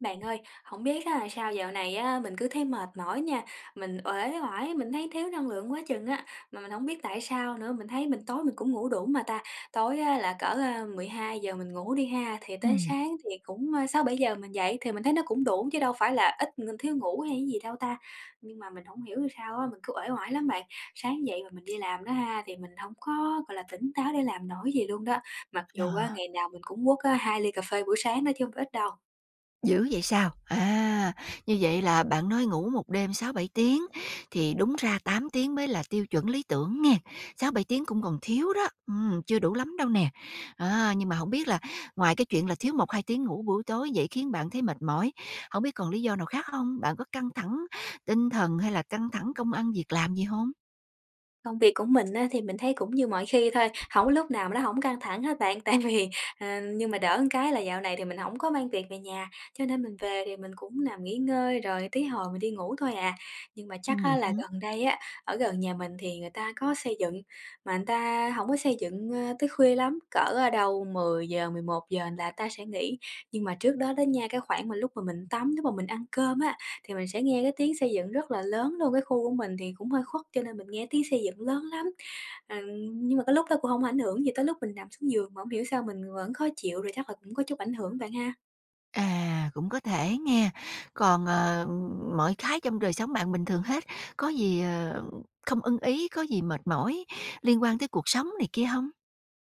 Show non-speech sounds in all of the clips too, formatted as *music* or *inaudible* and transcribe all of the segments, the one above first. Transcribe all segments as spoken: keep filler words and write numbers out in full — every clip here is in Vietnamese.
Bạn ơi, không biết á sao dạo này á mình cứ thấy mệt mỏi nha, mình uể oải, mình thấy thiếu năng lượng quá chừng á, mà mình không biết tại sao nữa, mình thấy mình tối mình cũng ngủ đủ mà ta. Tối á là cỡ, a, giờ mình ngủ đi ha, thì tới Ừm, sáng thì cũng, à, sáu bảy giờ mình dậy thì mình thấy nó cũng đủ chứ đâu phải là ít ng thiếu ngủ hay cái gì đâu ta. Nhưng mà mình không hiểu vì sao á, mình cứ uể oải lắm bạn, sáng dậy mà mình đi làm đó ha, thì mình không có, gọi là, tỉnh táo để làm nổi gì luôn đó, mặc ờ, dù á ngày nào mình cũng quất á hai ly cà phê buổi sáng đó chứ không phải ít đâu. Dữ vậy sao? À, như vậy là bạn nói ngủ một đêm sáu bảy tiếng thì đúng ra tám tiếng mới là tiêu chuẩn lý tưởng nghe. Sáu bảy tiếng cũng còn thiếu đó, ừm, chưa đủ lắm đâu nè. À, nhưng mà không biết là ngoài cái chuyện là thiếu một hai tiếng ngủ buổi tối vậy khiến bạn thấy mệt mỏi, không biết còn lý do nào khác không? Bạn có căng thẳng tinh thần hay là căng thẳng công ăn việc làm gì không? Công việc của mình á, thì mình thấy cũng như mọi khi thôi, hổng lúc nào mà nó hổng căng thẳng hết bạn. *laughs* Tại vì, ờ nhưng mà đỡ một cái là dạo này thì mình hổng có mang việc về nhà, cho nên mình về thì mình cũng nằm nghỉ ngơi rồi tí hồi mình đi ngủ thôi à. Nhưng mà chắc á là Ừm. gần đây á, ở gần nhà mình thì người ta có xây dựng, mà người ta hổng có xây dựng, ơ, tới khuya lắm, cỡ, ơ, đâu mười giờ, giờ mười một giờ là ta sẽ nghỉ. Nhưng mà trước đó đó nha, cái khoảng mà lúc mà mình tắm, lúc mà mình ăn cơm á, thì mình sẽ nghe cái tiếng xây dựng rất là lớn luôn, cái khu của mình thì cũng hơi khuất cho nên mình nghe tiếng xây dựng lớn lắm. Ờ, nhưng mà cái lúc đó cũng không ảnh hưởng gì tới lúc mình nằm xuống giường, mà không hiểu sao mình vẫn khó chịu, rồi chắc là cũng có chút ảnh hưởng bạn ha? À, cũng có thể nghe. Còn, ờ, mọi cái trong đời sống bạn bình thường hết, có gì, ờ, không ưng ý, có gì mệt mỏi liên quan tới cuộc sống này kia không?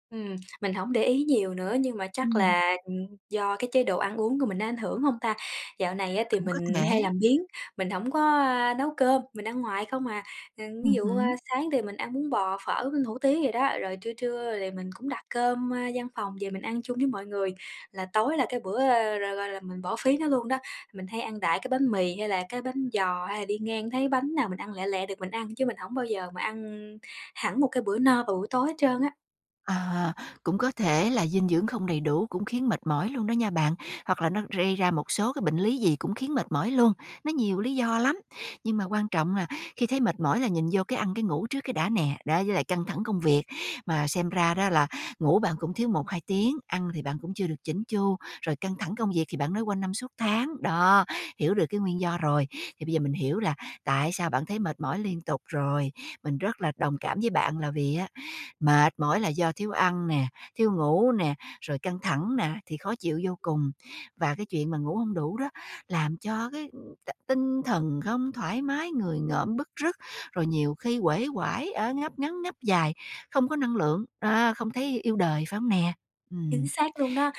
Ừm, mình hổng để ý nhiều nữa, nhưng mà chắc Ừm, là, ừm, do cái chế độ ăn uống của mình nó ảnh hưởng hông ta? Dạo này á thì cũng có mình hay thể. làm biếng, mình hổng có, a, nấu cơm, mình ăn ngoài không à. Ờ, ví Ừm dụ, a, hứm. sáng thì mình ăn bún bò, phở với hủ tiếu vậy đó, rồi trưa trưa thì mình cũng đặt cơm, a, văn phòng về mình ăn chung với mọi người, là tối là cái bữa, a, r gọi là, mình bỏ phí nó luôn đó. Mình hay ăn đại cái bánh mì hay là cái bánh giò, hay là đi ngang thấy bánh nào mình ăn lẹ lẹ được mình ăn, chứ mình hổng bao giờ mà ăn hẳn một cái bữa no vào buổi tối hết trơn á. À, cũng có thể là dinh dưỡng không đầy đủ cũng khiến mệt mỏi luôn đó nha bạn, hoặc là nó gây ra một số cái bệnh lý gì cũng khiến mệt mỏi luôn, nó nhiều lý do lắm. Nhưng mà quan trọng là khi thấy mệt mỏi là nhìn vô cái ăn cái ngủ trước cái đã nè, đó với lại căng thẳng công việc. Mà xem ra đó là ngủ bạn cũng thiếu một hai tiếng, ăn thì bạn cũng chưa được chỉnh chu, rồi căng thẳng công việc thì bạn nói quanh năm suốt tháng. Đó, hiểu được cái nguyên do rồi. Thì bây giờ mình hiểu là tại sao bạn thấy mệt mỏi liên tục rồi. Mình rất là đồng cảm với bạn là vì á, mệt mỏi là do thiếu ăn nè, thiếu ngủ nè, rồi căng thẳng nè, thì khó chịu vô cùng. Và cái chuyện mà ngủ không đủ đó làm cho cái ừ, t tinh thần không thoải mái, người ngợm bứt rứt, rồi nhiều khi uể oải, ở ngáp ngắn ngáp dài, không có năng lượng, a, không thấy yêu đời, phải không nè? Chính Ừm. xác luôn đó,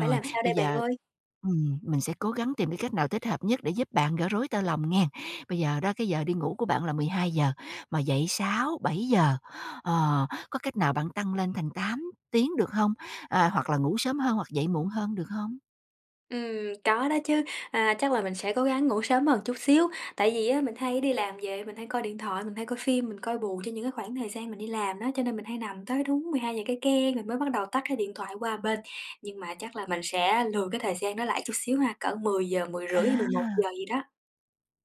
phải làm sao bây đây bạn giờ ơi? ừm, mình sẽ cố gắng tìm cái cách nào thích hợp nhất để giúp bạn gỡ rối tơ lòng nghe. Bây giờ đó, cái giờ đi ngủ của bạn là mười hai giờ mà dậy sáu giờ-bảy giờ, ờ, có cách nào bạn tăng lên thành tám tiếng được không? À, hoặc là ngủ sớm hơn hoặc dậy muộn hơn được không? Ừm, có đó chứ, à, chắc là mình sẽ cố gắng ngủ sớm hơn chút xíu, tại vì á mình hay đi làm về mình hay coi điện thoại, mình hay coi phim, mình coi buồn trong những cái khoảng thời gian mình đi làm đó, cho nên mình hay nằm tới đúng mười hai giờ cái keng mình mới bắt đầu tắt cái điện thoại qua bên. Nhưng mà chắc là mình sẽ lùi cái thời gian đó lại chút xíu ha, cỡ mười mười giờ mười rưỡi mười một À! giờ gì đó.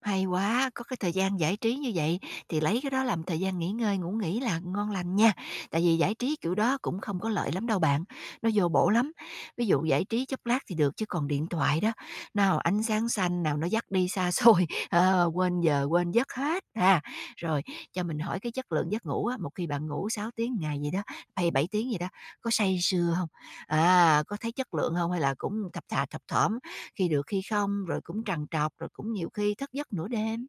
Hay quá, có cái thời gian giải trí như vậy thì lấy cái đó làm thời gian nghỉ ngơi, ngủ nghỉ là ngon lành nha. Tại vì giải trí kiểu đó cũng không có lợi lắm đâu bạn, nó vô bổ lắm. Ví dụ giải trí chốc lát thì được chứ còn điện thoại đó, nào ánh sáng xanh, nào nó dắt đi xa xôi, *laughs* ờ, quên giờ, quên giấc hết ha. Rồi cho mình hỏi cái chất lượng giấc ngủ á, một khi bạn ngủ sáu tiếng ngày gì đó, hay bảy tiếng gì đó, có say sưa không? À, có thấy chất lượng không hay là cũng thập thà thập thỏm khi được khi không, rồi cũng trằn trọc, rồi cũng nhiều khi thức giấc nửa đêm.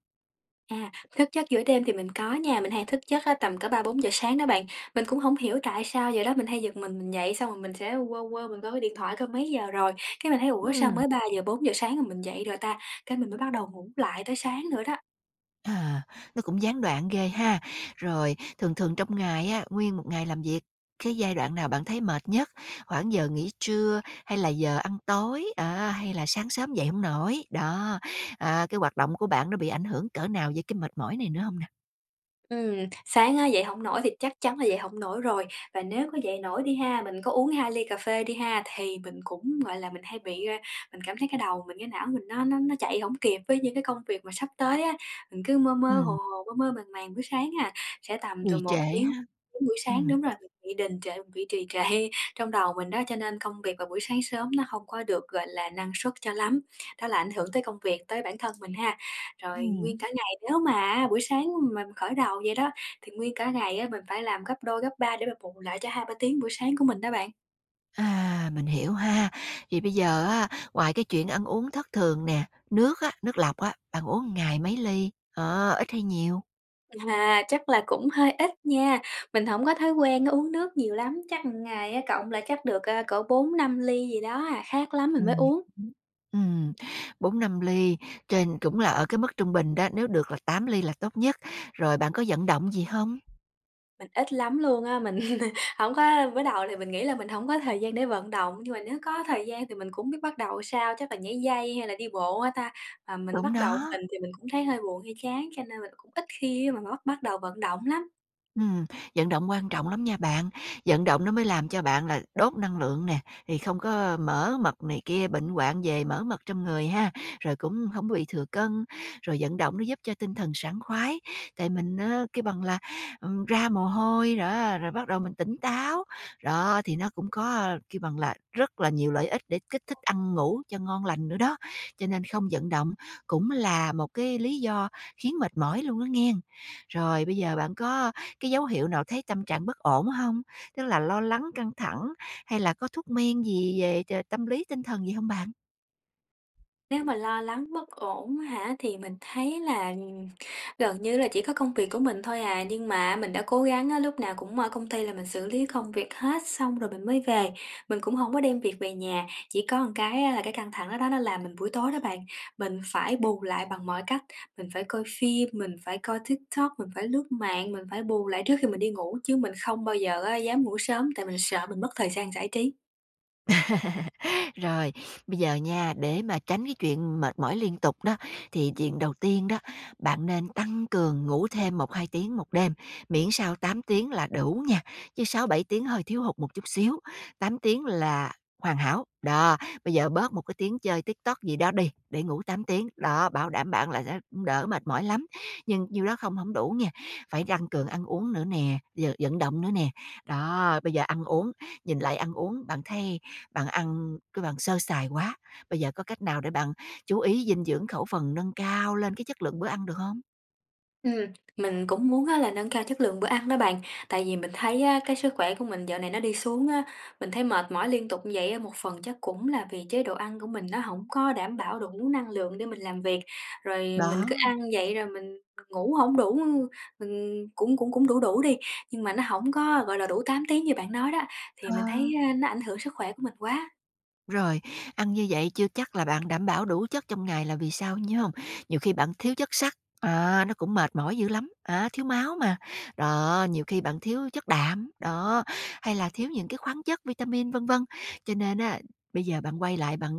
À, thức giấc giữa đêm thì mình có nha, mình hay thức giấc á tầm cỡ ba bốn giờ sáng đó bạn. Mình cũng không hiểu tại sao giờ đó mình hay giật mình, mình dậy xong rồi mình sẽ quơ quơ mình coi cái điện thoại coi mấy giờ rồi, cái mình thấy: "Ủa, sao Ừm. mới ba giờ bốn giờ sáng mà mình dậy rồi ta?" Cái mình mới bắt đầu ngủ lại tới sáng nữa đó. À, nó cũng gián đoạn ghê ha. Rồi thường thường trong ngày á, nguyên một ngày làm việc, cái giai đoạn nào bạn thấy mệt nhất? Khoảng giờ nghỉ trưa hay là giờ ăn tối, à, hay là sáng sớm dậy không nổi? Đó, à, cái hoạt động của bạn nó bị ảnh hưởng cỡ nào với cái mệt mỏi này nữa không nè? Ừm, sáng á, dậy hổng nổi thì chắc chắn là dậy hổng nổi rồi, và nếu có dậy nổi đi ha, mình có uống hai ly cà phê đi ha, thì mình cũng, gọi là, mình hay bị, a, mình cảm thấy cái đầu mình, cái não mình nó nó nó chạy hổng kịp với những cái công việc mà sắp tới á. Mình cứ mơ mơ hồ Ừm, hồ, mơ mơ màng màng buổi sáng à, sẽ tầm từ trì một trệ tiếng ha. đến buổi sáng Ừm. đúng rồi, mình bị đình trệ, mình bị trì trệ *laughs* trong đầu mình đó, cho nên công việc vào buổi sáng sớm nó không có được, gọi là, năng suất cho lắm. Đó là ảnh hưởng tới công việc, tới bản thân mình ha. Rồi nguyên Ừm. cả nếu mà buổi sáng mình khởi đầu vậy đó, thì nguyên cả ngày á mình phải làm gấp đôi, gấp ba để mà bù lại cho hai ba tiếng buổi sáng của mình đó bạn. À, mình hiểu ha. Vậy bây giờ á, ngoài cái chuyện ăn uống thất thường nè, nước á, nước lọc á, bạn uống ngày mấy ly? Ờ, ít hay nhiều? À, chắc là cũng hơi ít nha, mình không có thói quen uống nước nhiều lắm, chắc một ngày á cộng lại chắc được, a, cỡ bốn năm ly gì đó à, khác lắm mình mới Ừm, uống. ừm, ừm, bốn ly, trên cũng là ở cái mức trung bình đó, nếu được là tám ly là tốt nhất. Rồi bạn có vận động gì không? Mình ít lắm luôn á, mình *laughs* không có mới đầu thì mình nghĩ là mình không có thời gian để vận động, nhưng mà nếu có thời gian thì mình cũng biết bắt đầu sao, chắc là nhảy dây hay là đi bộ hả ta? Mà mình Đúng bắt đầu đó. mình thì mình cũng thấy hơi buồn, hơi chán, cho nên mình cũng ít khi mà bắt bắt đầu vận động lắm. Ừm, vận động quan trọng lắm nha bạn, vận động nó mới làm cho bạn là đốt năng lượng nè, thì không có mỡ mật này kia, bệnh hoạn về mỡ mật trong người ha, rồi cũng không bị thừa cân, rồi vận động nó giúp cho tinh thần sảng khoái. Tại mình á, kêu bằng là, ừm, ra mồ hôi đó, rồi bắt đầu mình tỉnh táo, đó, thì nó cũng có, cái bằng là, rất là nhiều lợi ích để kích thích ăn ngủ cho ngon lành nữa đó. Cho nên không vận động cũng là một cái lý do khiến mệt mỏi luôn đó nghe. Rồi bây giờ bạn có cái dấu hiệu nào thấy tâm trạng bất ổn không? Tức là lo lắng, căng thẳng hay là có thuốc men gì về t tâm lý, tinh thần gì không bạn? Nếu mà lo lắng bất ổn hả, thì mình thấy là, ừm, gần như là chỉ có công việc của mình thôi à, nhưng mà mình đã cố gắng á, lúc nào cũng ở công ty là mình xử lý công việc hết xong rồi mình mới về, mình cũng không có đem việc về nhà. Chỉ có một cái á là cái căng thẳng đó đó nó làm mình buổi tối đó bạn, mình phải bù lại bằng mọi cách, mình phải coi phim, mình phải coi TikTok, mình phải lướt mạng, mình phải bù lại trước khi mình đi ngủ, chứ mình không bao giờ á dám ngủ sớm tại mình sợ mình mất thời gian giải trí. Rồi, bây giờ nha, để mà tránh cái chuyện mệt mỏi liên tục đó, thì chuyện đầu tiên đó, bạn nên tăng cường ngủ thêm một hai tiếng một đêm, miễn sao tám tiếng là đủ nha, chứ sáu bảy tiếng hơi thiếu hụt một chút xíu, tám tiếng là hoàn hảo. Đó, bây giờ bớt một cái tiếng chơi TikTok gì đó đi, để ngủ tám tiếng, đó, bảo đảm bạn là sẽ cũng đỡ mệt mỏi lắm. Nhưng nhiêu đó không không đủ nha, phải tăng cường ăn uống nữa nè, giờ vận động nữa nè. Đó, bây giờ ăn uống, nhìn lại ăn uống, bạn thấy bạn ăn cái bạn sơ sài quá, bây giờ có cách nào để bạn chú ý dinh dưỡng, khẩu phần nâng cao lên cái chất lượng bữa ăn được không? Ừm, mình cũng muốn á là nâng cao chất lượng bữa ăn đó bạn, tại vì mình thấy á, cái sức khỏe của mình dạo này nó đi xuống á, mình thấy mệt mỏi liên tục như vậy á, một phần chắc cũng là vì chế độ ăn của mình nó không có đảm bảo đủ năng lượng để mình làm việc, rồi mình Đó, cứ ăn vậy rồi mình ngủ không đủ, mình cũng cũng cũng đủ đủ đi, nhưng mà nó không có, gọi là, đủ tám tiếng như bạn nói đó, thì ờ. mình thấy, a, nó ảnh hưởng sức khỏe của mình quá. Rồi, ăn như vậy chưa chắc là bạn đảm bảo đủ chất trong ngày là vì sao nhớ không? Nhiều khi bạn thiếu chất sắt, à, nó cũng mệt mỏi dữ lắm, á, thiếu máu mà. Đó, nhiều khi bạn thiếu chất đạm, đó, hay là thiếu những cái khoáng chất, vitamin, vân vân. Cho nên á, bây giờ bạn quay lại bạn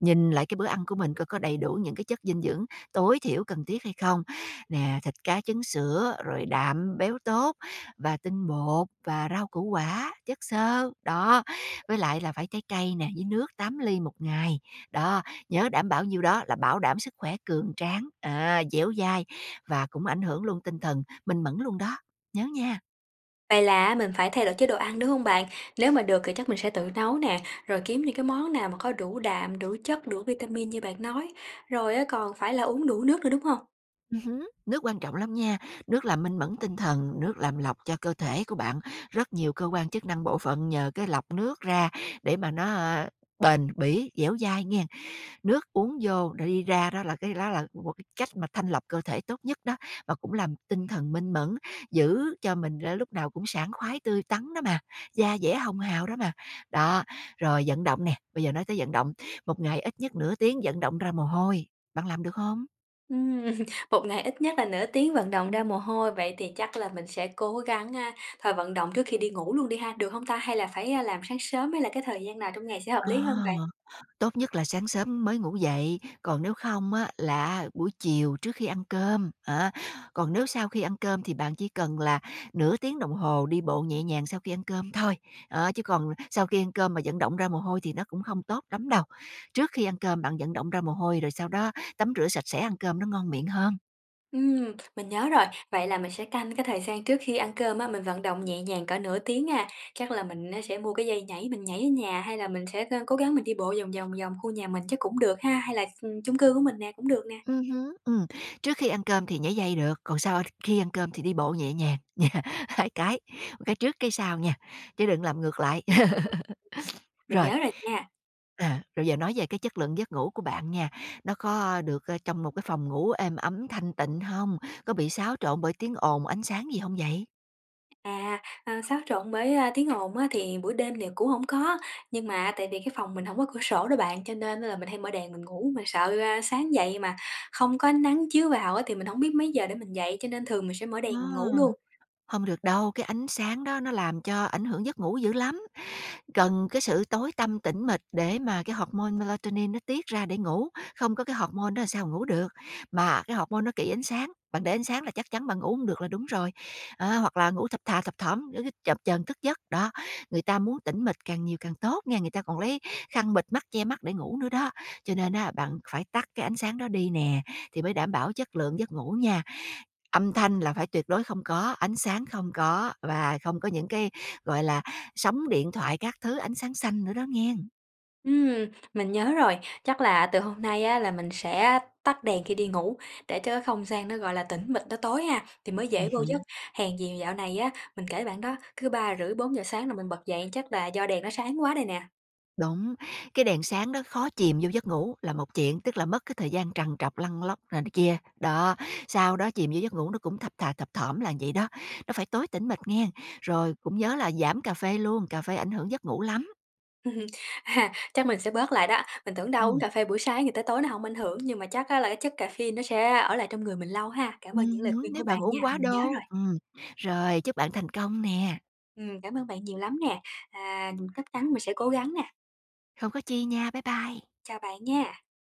nhìn lại cái bữa ăn của mình coi có đầy đủ những cái chất dinh dưỡng tối thiểu cần thiết hay không. Nè, thịt cá trứng sữa, rồi đạm, béo tốt và tinh bột và rau củ quả, chất xơ. Đó, với lại là phải trái cây nè, với nước tám ly một ngày. Đó, nhớ đảm bảo nhiêu đó là bảo đảm sức khỏe cường tráng, à, dẻo dai và cũng ảnh hưởng luôn tinh thần minh mẫn luôn đó, nhớ nha. Vậy là mình phải thay đổi chế độ ăn, đúng không bạn? Nếu mà được thì chắc mình sẽ tự nấu nè, rồi kiếm những cái món nào mà có đủ đạm, đủ chất, đủ vitamin như bạn nói, rồi á còn phải là uống đủ nước nữa, đúng không? Ừm hứm, nước quan trọng lắm nha, nước làm minh mẫn tinh thần, nước làm lọc cho cơ thể của bạn. Rất nhiều cơ quan chức năng bộ phận nhờ cái lọc nước ra để mà nó, ờ, bền bỉ, dẻo dai nghen. Nước uống vô rồi đi ra đó là cái đó là một cái cách mà thanh lọc cơ thể tốt nhất đó, và cũng làm tinh thần minh mẫn, giữ cho mình ra lúc nào cũng sảng khoái, tươi tắn đó mà, da dẻ hồng hào đó mà. Đó, rồi vận động nè, bây giờ nói tới vận động, một ngày ít nhất nửa tiếng vận động ra mồ hôi, bạn làm được không? Ừm, *laughs* một ngày ít nhất là nửa tiếng vận động ra mồ hôi, vậy thì chắc là mình sẽ cố gắng, a, thôi vận động trước khi đi ngủ luôn đi ha, được không ta? Hay là phải, a, làm sáng sớm hay là cái thời gian nào trong ngày sẽ hợp Ờ. lý hơn vậy? Tốt nhất là sáng sớm mới ngủ dậy, còn nếu không á là buổi chiều trước khi ăn cơm, á. Còn nếu sau khi ăn cơm thì bạn chỉ cần là nửa tiếng đồng hồ đi bộ nhẹ nhàng sau khi ăn cơm thôi, ờ, chứ còn sau khi ăn cơm mà vận động ra mồ hôi thì nó cũng không tốt lắm đâu. Trước khi ăn cơm bạn vận động ra mồ hôi rồi sau đó tắm rửa sạch sẽ ăn cơm nó ngon miệng hơn. Ừm, mình nhớ rồi. Vậy là mình sẽ canh cái thời gian trước khi ăn cơm á, mình vận động nhẹ nhàng cỡ nửa tiếng à. Chắc là mình á sẽ mua cái dây nhảy mình nhảy ở nhà, hay là mình sẽ, ơ, cố gắng mình đi bộ vòng vòng vòng khu nhà mình chắc cũng được ha, hay là, ừm, chung cư của mình nè, cũng được nè. Ừm hứm, ừm, trước khi ăn cơm thì nhảy dây được, còn sau khi ăn cơm thì đi bộ nhẹ nhàng nha, *laughs* hai cái, một cái trước cái sau nha, chứ đừng làm ngược lại. *laughs* Mình Rồi. nhớ rồi nha. À, rồi giờ nói về cái chất lượng giấc ngủ của bạn nha, nó có được, ơ, trong một cái phòng ngủ êm ấm, thanh tịnh không? Có bị xáo trộn bởi tiếng ồn, ánh sáng gì không vậy? À, à, xáo trộn bởi, a, tiếng ồn á thì buổi đêm thì cũng không có, nhưng mà tại vì cái phòng mình không có cửa sổ đó bạn, cho nên là mình hay mở đèn mình ngủ, mình sợ, a, sáng dậy mà không có ánh nắng chiếu vào á thì mình không biết mấy giờ để mình dậy, cho nên thường mình sẽ mở đèn mình ngủ luôn. Ờ, Hông được đâu, cái ánh sáng đó nó làm cho ảnh hưởng giấc ngủ dữ lắm. Cần cái sự tối tăm tĩnh mịch để mà cái hormone melatonin nó tiết ra để ngủ, không có cái hormone đó là sao ngủ được. Mà cái hormone nó kỵ ánh sáng, bạn để ánh sáng là chắc chắn bạn ngủ hông được là đúng rồi. Á, hoặc là ngủ thập thà thập thỏm, cứ chập chờn thức giấc, đó. Người ta muốn tĩnh mịch càng nhiều càng tốt nghe, người ta còn lấy khăn bịt mắt, che mắt để ngủ nữa đó. Cho nên á, bạn phải tắt cái ánh sáng đó đi nè, thì mới đảm bảo chất lượng giấc ngủ nha. Âm thanh là phải tuyệt đối không có, ánh sáng không có và không có những cái, gọi là, sóng điện thoại các thứ, ánh sáng xanh nữa đó nghe. Ừm, mình nhớ rồi, chắc là từ hôm nay á là mình sẽ tắt đèn khi đi ngủ để cho cái không gian nó, gọi là, tĩnh mịch nó tối ha, thì mới dễ Ừm vô giấc. hứm, Hèn gì dạo này á, mình kể bạn đó, cứ ba rưỡi bốn giờ sáng là mình bật dậy chắc là do đèn nó sáng quá đây nè. đúng, cái đèn sáng đó khó chìm vô giấc ngủ là một chuyện, tức là mất cái thời gian trằn trọc lăn lóc rồi này kia, đó, sau đó chìm vô giấc ngủ nó cũng thập thà thập thỏm là vậy đó, nó phải tối tĩnh mịch nghe. Rồi cũng nhớ là giảm cà phê luôn, cà phê ảnh hưởng giấc ngủ lắm. *laughs* À, chắc mình sẽ bớt lại đó, mình tưởng đâu uống Ừm, cà phê buổi sáng thì tới tối nó không ảnh hưởng, nhưng mà chắc á là cái chất caffeine nó sẽ ở lại trong người mình lâu ha. Cảm ơn những ừm lời hứm, khuyên của nếu bạn bạn nha, uống quá mình nhớ đô. rồi. Ừm, rồi chúc bạn thành công nè, Ừm, cảm ơn bạn nhiều lắm nè, à, chắc chắn mình sẽ cố gắng nè. không có chi nha, bye bye. Chào bạn nha.